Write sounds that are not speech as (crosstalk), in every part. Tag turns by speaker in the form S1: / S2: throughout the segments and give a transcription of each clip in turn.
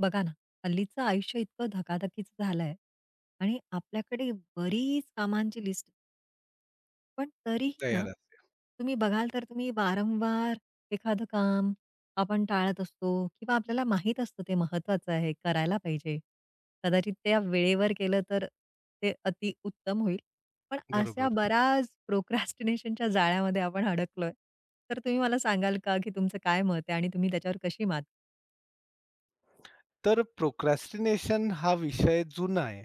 S1: बघा ना, हल्लीचं आयुष्य इतकं धकाधकीचं झालंय आणि आपल्याकडे बरीच कामांची लिस्ट. पण तरीही ना,
S2: तयार असतात.
S1: तुम्ही बघाल तर तुम्ही वारंवार एखादं काम आपण टाळत असतो किंवा आपल्याला माहीत असतं ते महत्वाचं आहे, करायला पाहिजे. कदाचित त्या वेळेवर केलं तर ते अतिउत्तम होईल. पण अशा
S2: बरोबर.
S1: बऱ्याच प्रोक्रॅस्टिनेशनच्या जाळ्यामध्ये आपण अडकलोय. तर तुम्ही मला सांगाल का, की तुमचं काय मत आहे आणि तुम्ही त्याच्यावर कशी मात?
S2: तर प्रोक्रॅस्टिनेशन हा विषय जुना आहे.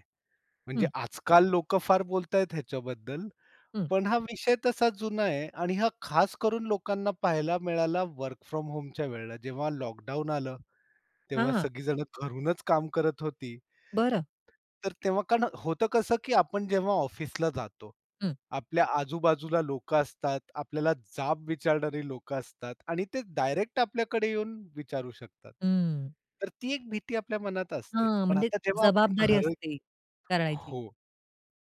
S2: म्हणजे
S1: हं,
S2: आजकाल लोकं फार बोलतायत ह्याच्याबद्दल.
S1: हं.
S2: पण हा विषय तसा जुना आहे आणि हा खास करून लोकांना पाहायला मिळाला वर्क फ्रॉम होमच्या वेळेला. जेव्हा लॉकडाऊन आलं, तेव्हा
S1: हां,
S2: सगळीजण घरूनच काम करत होती.
S1: बरं.
S2: तर तेव्हा कारण होतं कसं, की आपण जेव्हा ऑफिसला जातो, आपल्या आजूबाजूला लोकं असतात, आपल्याला जाब विचारणारी लोकं असतात आणि ते डायरेक्ट आपल्याकडे येऊन विचारू शकतात.
S1: हं.
S2: तर ती एक भीती आपल्या मनात असते.
S1: हां,
S2: पण
S1: म्हणजे
S2: आता जेव्हा आपण
S1: जबाबदारी
S2: घर
S1: असते करायची.
S2: हो.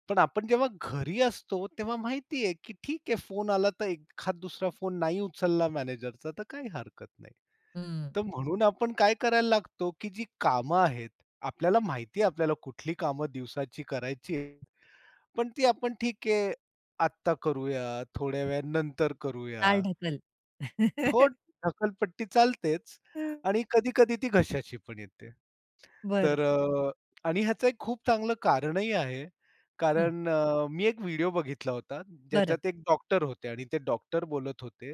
S2: पण आपण जेव्हा घरी असतो, तेव्हा माहिती आहे, की ठीक आहे फोन आला तर एखाद दुसरा फोन नाही उचलला मॅनेजरचा तर काही हरकत नाही.
S1: हं.
S2: तर म्हणून आपण काय करायला लागतो, की जी कामं आहेत, आपल्याला माहिती आहे आपल्याला कुठली कामं दिवसाची करायची आहेत, पण ती आपण ठीक आहे, आत्ता करूया, थोड्या वेळा नंतर करूया.
S1: चाल ढकल.
S2: हो,
S1: (laughs)
S2: ढकलपट्टी चालतेच आणि कधी-कधी ती घशाशी पण येते.
S1: बरं,
S2: तर अ, आणि ह्याचं एक खूप चांगलं कारणही आहे.
S1: हं.
S2: मी एक व्हिडिओ बघितला होता,
S1: बरं.
S2: ज्याच्यात एक डॉक्टर होते आणि ते डॉक्टर बोलत होते.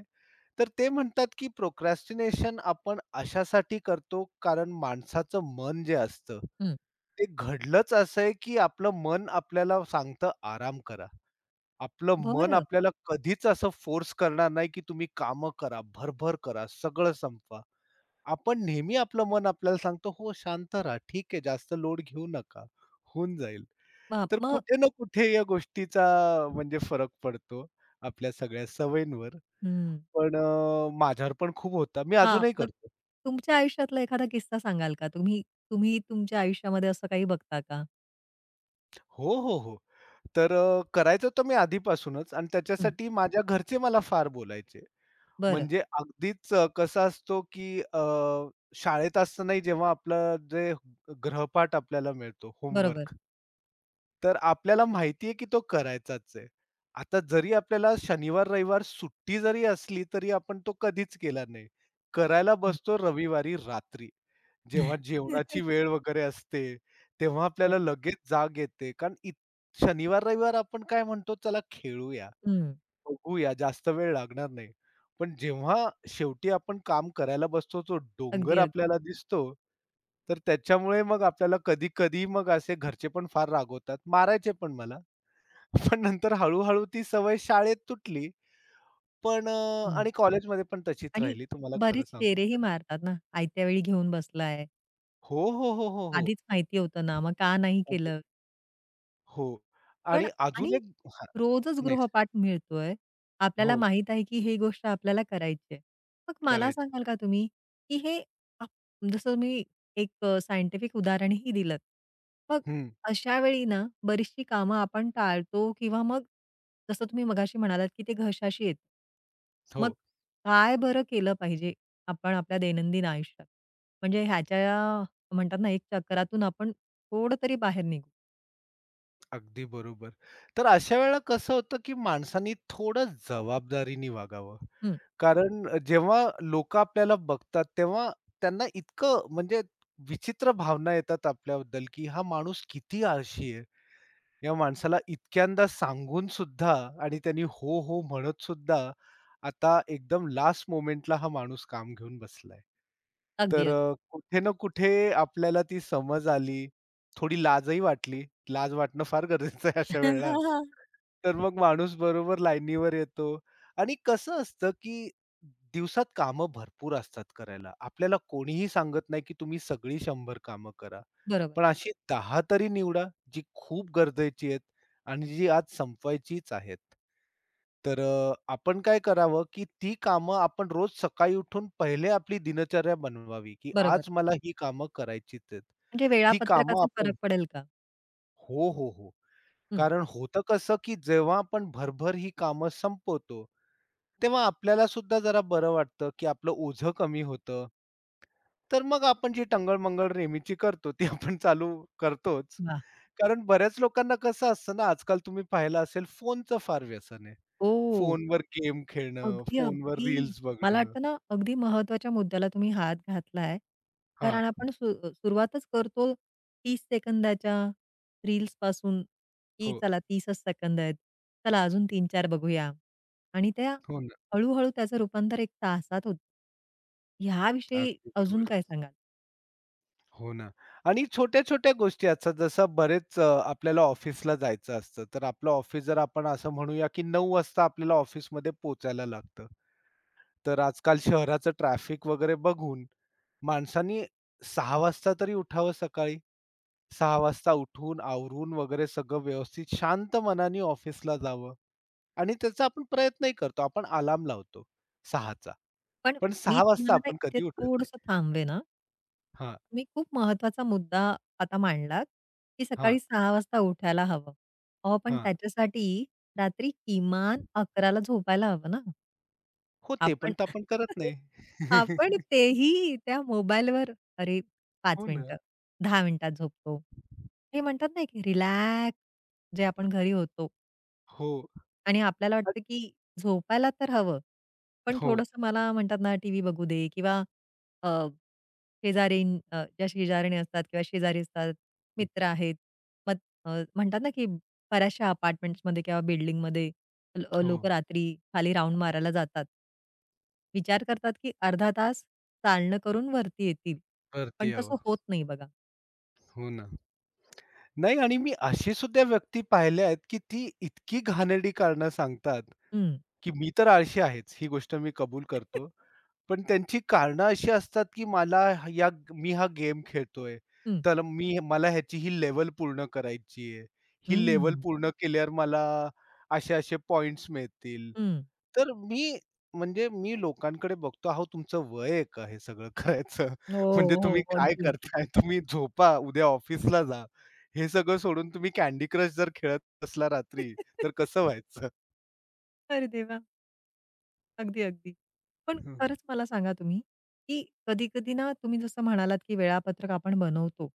S2: तर ते म्हणतात, की प्रोक्रॅस्टिनेशन आपण अशासाठी करतो, कारण माणसाचं मन जे असतं,
S1: हं.
S2: ते घडलंच असं आहे, की आपलं मन आपल्याला सांगतं आराम करा. आपलं मन
S1: बरं.
S2: आपल्याला कधीच असं फोर्स करणार नाही, की तुम्ही कामं करा, भरभर करा, सगळं संपवा. आपण नेहमी आपलं मन आपल्याला सांगतो, "हो, शांत राहा. ठीक आहे, जास्त लोड घेऊ नका. होऊन जाईल."
S1: मग
S2: तर
S1: मग
S2: कुठे ना कुठे या गोष्टीचा म्हणजे फरक पडतो आपल्या सगळ्या सवयींवर.
S1: हं.
S2: माझ्यावर पण खूप होता. मी
S1: हां,
S2: अजूनही
S1: मग
S2: करतो.
S1: तुमच्या आयुष्यातला एखादा किस्सा सांगाल का? तुम्ही तुम्ही तुमच्या आयुष्यामध्ये असं काही बघता का?
S2: हो, हो, हो. करायचं तर मी आधीपासूनच आणि
S1: हं.
S2: त्याच्यासाठी माझ्या घरचे मला फार बोलायचे.
S1: बरं,
S2: म्हणजे अगदीच कसा असतो, की शाळेत असतानाही जेव्हा आपलं जे गृहपाठ आपल्याला मिळतो
S1: बरोबर.
S2: होमवर्क. तर आपल्याला माहिती आहे, की तो करायचाच आहे. आता जरी आपल्याला शनिवार, रविवार सुट्टी जरी असली, तरी आपण तो कधीच केला नाही. करायला
S1: हं.
S2: बसतो रविवारी रात्री. जेव्हा जेवणाची
S1: (laughs)
S2: वेळ वगैरे असते, तेव्हा
S1: हो.
S2: आपल्याला लगेच जाग येते. कारण इत शनिवार, रविवार आपण काय म्हणतो, "चला खेळूया,
S1: हं.
S2: बघूया, जास्त वेळ लागणार नाही." पण जेव्हा शेवटी आपण काम करायला बसतो, तो डोंगर
S1: अगदी, अगदी.
S2: आपल्याला दिसतो. तर त्याच्यामुळे मग आपल्याला कधी-कधी मग असे घरचे पण फार रागवतात, मारायचे पण मला. (laughs) पण नंतर हळू ती सवय शाळेत तुटली.
S1: हं.
S2: आणि कॉलेजमध्ये पण तशीच
S1: आणि
S2: राहिली तुम्हाला खरं
S1: बरेच शेरेही
S2: सांगतो तर.
S1: मारतात ना, आयत्या वेळी घेऊन बसलाय.
S2: हो, हो, हो, हो,
S1: आधीच माहिती होतं ना, मग का नाही
S2: हो.
S1: केलं?
S2: हो
S1: पण
S2: आणि अजून
S1: आणि
S2: एक हां,
S1: रोजच
S2: नाही
S1: गृहपाठ मिळतोय. आपल्याला
S2: हो,
S1: माहीत आहे, की ही गोष्ट आपल्याला करायची आहे. मग मला
S2: करायची.
S1: सांगाल का तुम्ही, की हे आप जसं तुम्ही एक सायंटिफिक उदाहरणही दिलंत. मग
S2: हं,
S1: अशा वेळी ना, बरीचशी कामं आपण टाळतो किंवा मग जसं तुम्ही मगाशी म्हणालात, की ते घशाशी येतं. मग
S2: हो,
S1: काय बरं केलं पाहिजे आपण आपल्या दैनंदिन आयुष्यात? म्हणजे ह्याच्या म्हणतात ना, एक चक्रातून आपण थोडं तरी बाहेर निघू.
S2: अगदी बरोबर. तर अशा वेळेला कसं होतं, की माणसांनी थोडं जबाबदारीने वागावं.
S1: हं,
S2: कारण जेव्हा लोकं आपल्याला बघतात, तेव्हा त्यांना इतकं म्हणजे विचित्र भावना येतात आपल्याबद्दल, की हा माणूस किती आळशी आहे. या माणसाला इतक्यांदा सांगून सुद्धा आणि त्यांनी हो, हो म्हणत सुद्धा आता एकदम लास्ट मोमेंटला हा माणूस काम घेऊन बसलाय.
S1: अगदी, अगदी.
S2: कुठे ना कुठे आपल्याला ती समज आली. थोडी लाजही वाटली. लाज वाटणं फार गरजेचं आहे अशा
S1: (laughs)
S2: वेळेला.
S1: हां, हां.
S2: तर मग माणूस बरोबर लाईनीवर येतो आणि कसं असतं, की दिवसात कामं भरपूर असतात करायला. आपल्याला कोणीही सांगत नाही, की तुम्ही सगळी 100 कामं करा.
S1: बरोबर,
S2: पण अशी 10 तरी निवडा, जी खूप गरजेची आहेत आणि जी आज संपवायचीच आहेत. आपण काय करावं, की ती कामं आपण रोज सकाळी उठून पहिले आपली दिनचर्या बनवावी, की
S1: बरोबर.
S2: आज मला ही कामं करायचीच आहेत.
S1: म्हणजे
S2: ती कामं
S1: वेळापत्रकाचा फरक
S2: आपण
S1: पडेल का?
S2: हो, हो, हो.
S1: हं.
S2: कारण होतं कसं, की जेव्हा आपण भरभर ही कामं संपवतो, तेव्हा आपल्याला सुद्धा जरा बरं वाटतं, की आपलं ओझं कमी होतं. तर मग आपण जी टंगळ नेहमीची करतो, ती आपण चालू करतोच.
S1: वाह!
S2: कारण बऱ्याच लोकांना कसं असतं ना, आजकाल तुम्ही पाहिलं असेल फोनचं फार व्यसन आहे.
S1: हो.
S2: फोनवर गेम खेळणं,
S1: अगदी,
S2: फोनवर
S1: अगदी.
S2: रील्स
S1: मला
S2: बघणं.
S1: वाटतं ना, अगदी महत्त्वाच्या मुद्द्याला तुम्ही हात घातलाय.
S2: हां,
S1: कारण आपण सुरुवातच करतो 30 सेकंदाच्या रील्सपासून, की
S2: हो,
S1: चला 30च सेकंद आहेत. चला अजून 3-4 बघूया. आणि त्या
S2: हो ना.
S1: हळू त्याचं रूपांतर 1 तासात होतं. ह्याविषयी
S2: अगदी
S1: अजून
S2: बरोबर.
S1: काय सांगाल?
S2: हो ना. आणि छोट्या-छोट्या गोष्टी असतात जसं बरेच आपल्याला ऑफिसला जायचं असतं. तर आपलं ऑफिस जर आपण असं म्हणूया, की 9 वाजता आपल्याला ऑफिसमध्ये पोहोचायला लागतं. तर आजकाल शहराचं ट्रॅफिक वगैरे बघून माणसांनी 6 वाजता तरी उठावं सकाळी. 6:00 वाजता उठून, आवरून वगैरे सगळं व्यवस्थित शांत मनाने ऑफिसला जावं आणि त्याचा आपण प्रयत्नही करतो. आपण अलार्म लावतो 6:00
S1: पण
S2: पण
S1: मी
S2: 6:00 वाजता
S1: तुम्हाला ना,
S2: आपण
S1: इथे
S2: कधी उठत
S1: थोडंसं
S2: नाही.
S1: थांबवेन.
S2: हां,
S1: तुम्ही खूप महत्वाचा मुद्दा आता मांडलात, की
S2: हां,
S1: सकाळी 6:00 वाजता उठायला हवं. अहो, पण
S2: हां.
S1: त्याच्यासाठी रात्री किमान अकराला झोपायला हवं ना.
S2: हो, ते पण
S1: आपण
S2: तर आपण करत
S1: (laughs)
S2: नाही.
S1: आपण
S2: (laughs)
S1: तेही त्या मोबाईलवर अरे 5
S2: हो ना.
S1: मिनिटं, 10 मिनिटात झोपतो. हे म्हणतात नाही, की रिलॅक्स जे आपण घरी होतो.
S2: हो.
S1: आणि आपल्याला
S2: अ,
S1: वाटतं की झोपायला तर हवं. पण
S2: हो,
S1: थोडंसं मला म्हणतात ना, टीव्ही बघू दे किंवा अ, ज्या शेजाऱ्या असतात किंवा शेजारी असतात, मित्र आहेत. मग म्हणतात ना, की बऱ्याचशा अपार्टमेंट्समध्ये किंवा बिल्डिंगमध्ये
S2: हो.
S1: लोकं रात्री खाली राउंड मारायला जातात. विचार करतात की अर्धा तास चालणं करून वरती येतील.
S2: वरती
S1: पण
S2: यावं.
S1: तसं होत नाही बघा.
S2: हो ना. नाही आणि मी अशी सुद्धा व्यक्ती पाहिल्या आहेत, की ती इतकी घाणेरडी कारणं सांगतात
S1: हं.
S2: की मी तर आळशी आहेच, ही गोष्ट मी कबूल करतो. पण त्यांची कारणं अशी असतात, की मला ह- या मी हा गेम खेळतोय,
S1: हं,
S2: तर मला ह्याची ही लेव्हल पूर्ण करायची आहे. ही लेवल
S1: हं,
S2: पूर्ण केल्यावर मला असे-असे पॉइंट्स मिळतील.
S1: हं. (laughs)
S2: तर मी म्हणजे मी लोकांकडे बघतो, अहो तुमचं वय आहे का हे सगळं (laughs) करायचं?
S1: हो,
S2: म्हणजे
S1: हो.
S2: तुम्ही काय
S1: अगदी, अगदी.
S2: करताय? तुम्ही झोपा, उद्या ऑफिसला जा. हे सगळं सोडून तुम्ही कँडी क्रश जर खेळत असला रात्री, तर
S1: (laughs)
S2: कसं व्हायचं? (laughs)
S1: अरे देवा! अगदी, अगदी. पण
S2: हं,
S1: खरंच मला सांगा तुम्ही, की कधी-कधी ना तुम्ही जसं म्हणालात, की वेळापत्रक आपण बनवतो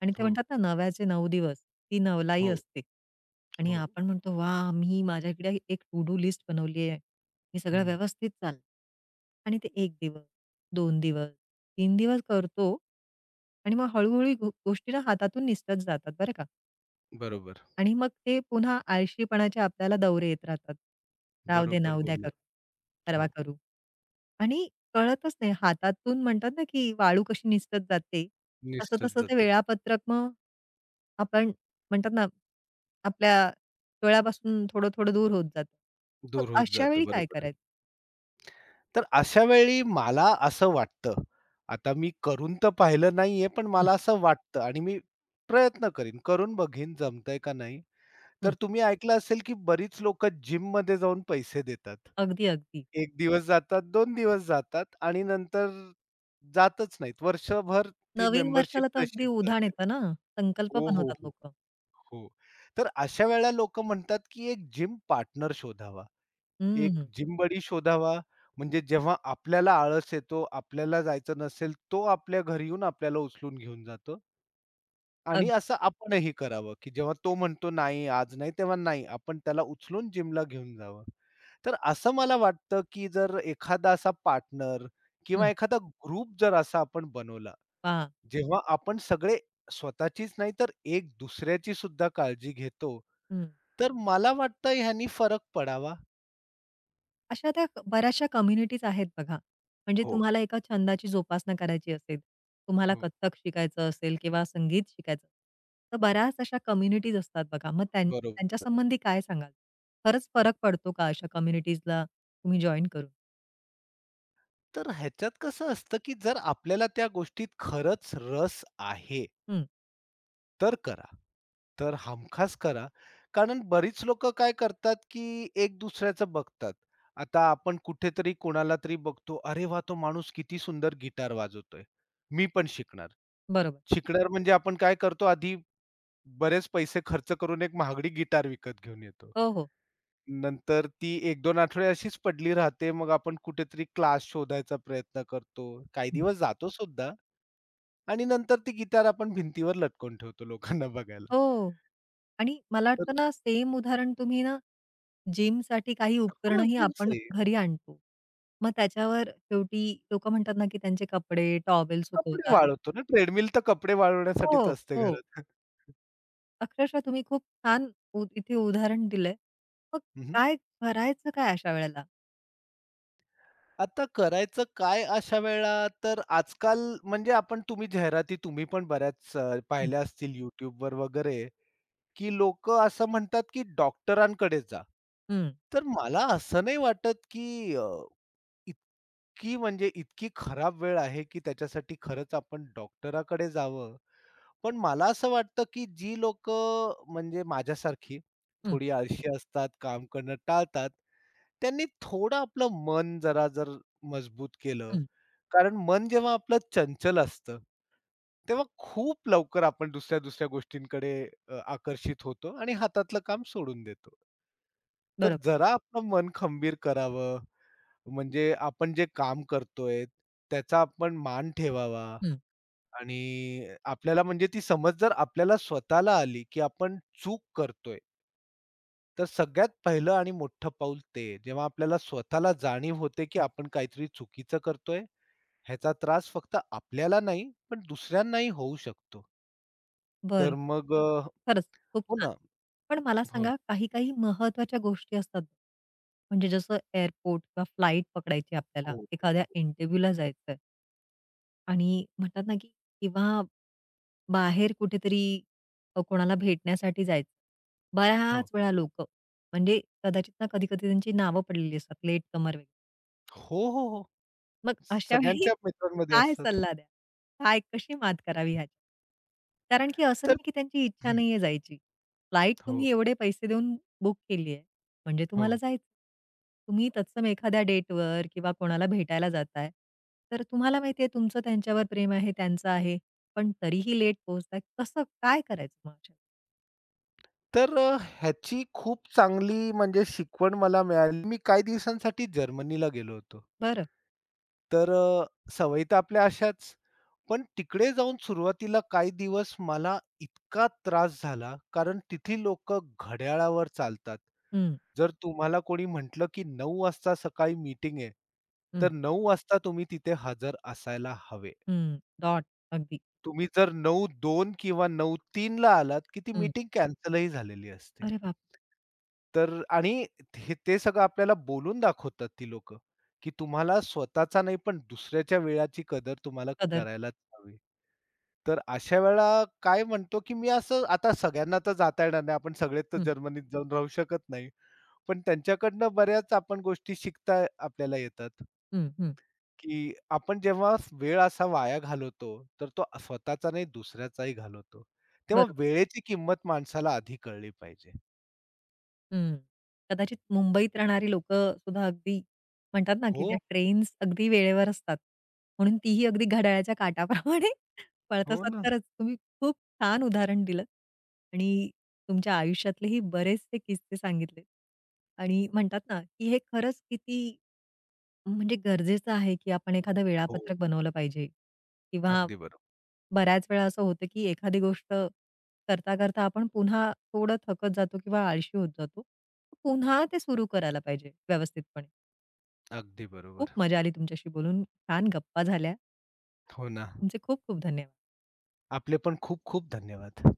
S1: आणि ते
S2: हो.
S1: म्हणतात ना, नव्याचे 9 दिवस, ती नवलाई
S2: हो,
S1: असते आणि
S2: हो.
S1: आपण म्हणतो, वा, मी माझ्याकडे एक टू डू लिस्ट बनवली आहे. मी सगळं
S2: हं.
S1: व्यवस्थित चाललं." आणि ते 1 दिवस, 2 दिवस, 3 दिवस करतो आणि मग हळू गोष्टी ना हातातून निसटत जातात, बरं का.
S2: बरोबर,
S1: आणि मग ते पुन्हा आळशीपणाचे आपल्याला दौरे येत राहतात. राहू दे ना,
S2: बरोबर
S1: उद्या
S2: बोललात.
S1: करू, परवा
S2: हो.
S1: करू आणि कळतच नाही हातातून म्हणतात ना, की वाळू कशी निसटत जाते,
S2: निसटत
S1: तसं-तसं ते
S2: जाते.
S1: वेळापत्रक मग आपण म्हणतात ना, आपल्या डोळ्यापासून थोडं-थोडं दूर होत जातं. मग
S2: दूर होत
S1: अशा
S2: जातं.
S1: वेळी काय
S2: बरोबर
S1: करायचं?
S2: तर अशा वेळी मला असं वाटतं, आता मी करून तर पाहिलं नाहीये, पण
S1: हं,
S2: मला असं वाटतं आणि मी प्रयत्न करीन, करून बघीन जमतंय का नाही. तर
S1: हं.
S2: तुम्ही ऐकलं असेल, की बरीच लोकं जिममध्ये जाऊन पैसे देतात.
S1: अगदी, अगदी.
S2: 1 दिवस जातात, 2 दिवस जातात आणि नंतर जातच नाहीत. वर्षभर ती
S1: नवीन
S2: मेंबरशिप
S1: वर्षाला तर अगदी
S2: तशीच
S1: उधाण
S2: जाते.
S1: येतं ना, संकल्प
S2: हो, हो,
S1: बनवतात
S2: हो.
S1: लोकं.
S2: हो. तर अशा वेळेला लोकं म्हणतात, की एक जिम पार्टनर शोधावा. एक
S1: हं,
S2: जिम बडी शोधावा. म्हणजे जेव्हा आपल्याला आळस येतो, आपल्याला जायचं नसेल, तो आपल्या घरी येऊन आपल्याला उचलून घेऊन जातो. आणि
S1: अगदी.
S2: असं आपणही करावं, की जेव्हा तो म्हणतो, "नाही, आज नाही," तेव्हा नाही. आपण त्याला उचलून जिमला घेऊन जावं. तर असं मला वाटतं, की जर एखादा असा पार्टनर किंवा
S1: हं.
S2: एखादा ग्रुप जर असा आपण बनवला,
S1: वाह!
S2: जेव्हा आपण सगळे स्वतःचीच नाही तर एक दुसऱ्याची सुद्धा काळजी घेतो,
S1: हं.
S2: तर मला वाटतं ह्यानी फरक पडावा.
S1: अशा त्या बऱ्याचशा कम्युनिटीज आहेत बघा. म्हणजे
S2: हो,
S1: तुम्हाला एका छंदाची जोपासना करायची असेल, तुम्हाला
S2: हो.
S1: कथ्थक शिकायचं असेल किंवा संगीत शिकायचं, तर बऱ्याच अशा कम्युनिटीज असतात बघा. मग त्यांच्या
S2: बरोबर.
S1: संबंधी काय सांगाल? खरंच फरक पडतो का अशा कम्युनिटीजला तुम्ही जॉइन करून?
S2: तर ह्याच्यात कसं असतं, की जर आपल्याला त्या गोष्टीत खरंच रस आहे,
S1: हं,
S2: तर करा. तर हमखास करा. कारण बरीच लोकं काय करतात, की एक दुसऱ्याचं बघतात. आता आपण कुठेतरी कोणाला तरी बघतो, "अरे वा तो माणूस किती सुंदर गिटार वाजवतोय. मी पण शिकणार."
S1: बरोबर.
S2: शिकणार म्हणजे आपण काय करतो, आधी बरेच पैसे खर्च करून एक महागडी गिटार विकत घेऊन येतो.
S1: हो, हो.
S2: नंतर ती एक 2 आठवडे अशीच पडली राहते. मग आपण कुठेतरी क्लास शोधायचा प्रयत्न करतो. काही
S1: हं.
S2: दिवस जातो सुद्धा आणि नंतर ती गिटार आपण भिंतीवर लटकवून ठेवतो लोकांना बघायला.
S1: हो आणि मला
S2: तर
S1: वाटतं ना सेम उदाहरण तुम्ही ना जिमसाठी काही
S2: हो,
S1: उपकरणंही
S2: जिम्स
S1: आपण
S2: आहे.
S1: घरी आणतो. मग त्याच्यावर शेवटी लोकं म्हणतात ना, की त्यांचे कपडे, टॉवेल
S2: कपडे
S1: सुकवतात.
S2: वाळवतो ना ट्रेडमिल तर कपडे
S1: हो,
S2: वाळवण्यासाठीच असते
S1: हो.
S2: घरात.
S1: अक्षरशः तुम्ही खूप छान इथे उदाहरण दिलंय. मग
S2: हं,
S1: काय करायचं काय अशा वेळेला?
S2: आता करायचं काय अशा वेळेला? तर आजकाल म्हणजे तुम्ही जाहिराती तुम्ही पण बऱ्याच
S1: हं,
S2: पाहिल्या असतील YouTubeवर वगैरे. की लोकं असं म्हणतात की डॉक्टरांकडे जा.
S1: हं,
S2: तर मला असं नाही वाटत की इतकी म्हणजे इतकी खराब वेळ आहे की त्याच्यासाठी खरंच आपण डॉक्टराकडे जावं. पण मला असं वाटतं की जी लोकं म्हणजे माझ्यासारखी
S1: हं,
S2: थोडी आळशी असतात, काम करणं टाळतात, त्यांनी थोडं आपलं मन जरा जर मजबूत केलं
S1: हं.
S2: कारण मन जेव्हा आपलं चंचल असतं, तेव्हा खूप लवकर आपण दुसऱ्या-दुसऱ्या गोष्टींकडे आकर्षित होतो आणि हातातलं काम सोडून देतो. तर
S1: बरोबर.
S2: जरा आपलं मन खंबीर करावं, म्हणजे आपण जे काम करतोय, त्याचा आपण मान ठेवावा
S1: हं,
S2: आणि आपल्याला म्हणजे ती समज जर आपल्याला स्वतःला आली, की आपण चूक करतोय, तर सगळ्यात पहिलं आणि मोठं पाऊल ते जेव्हा आपल्याला स्वतःला जाणीव होते, की
S1: हं.
S2: आपण काहीतरी चुकीचं करतोय ह्याचा त्रास फक्त आपल्याला नाही, पण दुसऱ्यांनाही होऊ शकतो. तर
S1: बरं.
S2: मग अ,
S1: खरंच खूप
S2: हो
S1: छान.
S2: ना,
S1: पण मला
S2: हो ना.
S1: सांगा काही-काही महत्त्वाच्या गोष्टी असतात. म्हणजे जसं एअरपोर्ट किंवा फ्लाइट पकडायची आपल्याला,
S2: हो, हो,
S1: एखाद्या
S2: हो.
S1: इंटरव्ह्यूला जायचंय आणि म्हणतात ना, की किंवा बाहेर कुठेतरी कोणाला भेटण्यासाठी जायचं.
S2: हो.
S1: बऱ्याच वेळा लोकं म्हणजे कदाचित ना, कधी-कधी त्यांची नावं पडलेली असतात, लेट कमर वगैरे.
S2: हो, हो, हो.
S1: मग अशा वेळी
S2: सगळ्यांच्या मित्रांमध्ये
S1: काय
S2: असतात.
S1: सल्ला द्याल? काय कशी मात करावी ह्याची? कारण की असं
S2: तर
S1: नाही की त्यांची इच्छा
S2: हं.
S1: नाहीये जायची. फ्लाइट
S2: हो,
S1: तुम्ही एवढे पैसे देऊन बुक केली आहे, म्हणजे तुम्हाला
S2: हो.
S1: जायचं. तुम्ही तत्सम एखाद्या डेटवर किंवा कोणाला भेटायला जाताय, तर तुम्हाला माहिती तुमचं त्यांच्यावर प्रेम आहे, त्यांचं आहे, पण तरीही लेट पोहोचताय. कसं काय करायचं मग अशा वेळी?
S2: ह्याची खूप चांगली म्हणजे शिकवण मला मिळाली. मी काही दिवसांसाठी जर्मनीला गेलो होतो.
S1: बरं.
S2: तर अ, सवयी तर आपल्या अशाच, पण तिकडे जाऊन सुरुवातीला काही दिवस मला इतका त्रास झाला, कारण तिथली लोकं घड्याळावर चालतात.
S1: हं,
S2: जर तुम्हाला कोणी म्हटलं, की 9 वाजता सकाळी मीटिंग आहे,
S1: हं,
S2: तर 9 वाजता तुम्ही तिथे हजर असायला हवे.
S1: हं. डॉट. अगदी.
S2: तुम्ही जर 9:02 किंवा 9:03 ला आलात, की ती
S1: हं.
S2: मीटिंग कॅन्सलही झालेली असते.
S1: अरे बाप!
S2: तर आणि हे ते सगळं आपल्याला बोलून दाखवतात ती लोकं, की तुम्हाला स्वतःचा नाही, पण दुसऱ्याच्या वेळाची कदर तुम्हाला
S1: सदर.
S2: करायलाच हवी. तर अशा वेळेला काय म्हणतो, की मी असं आता सगळ्यांना तर जाता येणार नाही. आपण सगळेच तर
S1: हं,
S2: जर्मनीत जाऊन राहू शकत नाही. पण त्यांच्याकडनं बऱ्याच आपण गोष्टी शिकता आपल्याला येतात.
S1: हं, हं.
S2: की आपण जेव्हा वेळ असा वाया घालवतो, तर तो स्वतःचा नाही दुसऱ्याचाही घालवतो. तेव्हा
S1: बरोबर.
S2: वेळेची किंमत माणसाला आधी कळली पाहिजे.
S1: हं. कदाचित मुंबईत राहणारी लोकं सुद्धा अगदी म्हणतात ना, की
S2: हो,
S1: त्या ट्रेन्स अगदी वेळेवर असतात. म्हणून तीही अगदी घड्याळाच्या काट्याप्रमाणे (laughs) पळत
S2: हो
S1: असतात.
S2: ना.
S1: खरंच तुम्ही खूप छान उदाहरण दिलं आणि तुमच्या आयुष्यातलेही बरेचसे किस्से सांगितले आणि म्हणतात ना, की हे खरंच किती म्हणजे गरजेचं आहे, की आपण एखादं
S2: हो,
S1: वेळापत्रक बनवलं पाहिजे किंवा
S2: अगदी बरोबर.
S1: बऱ्याच वेळा असं होतं, की एखादी गोष्ट करता-करता आपण पुन्हा थोडं थकत जातो किंवा आळशी होत जातो. पुन्हा ते सुरू करायला पाहिजे व्यवस्थितपणे.
S2: अगदी
S1: खूप
S2: बरोबर.
S1: मजा आली तुमच्याशी बोलून. छान गप्पा झाल्या.
S2: हो ना.
S1: तुमचे खूप खूप धन्यवाद.
S2: आपले पण खूप खूप धन्यवाद.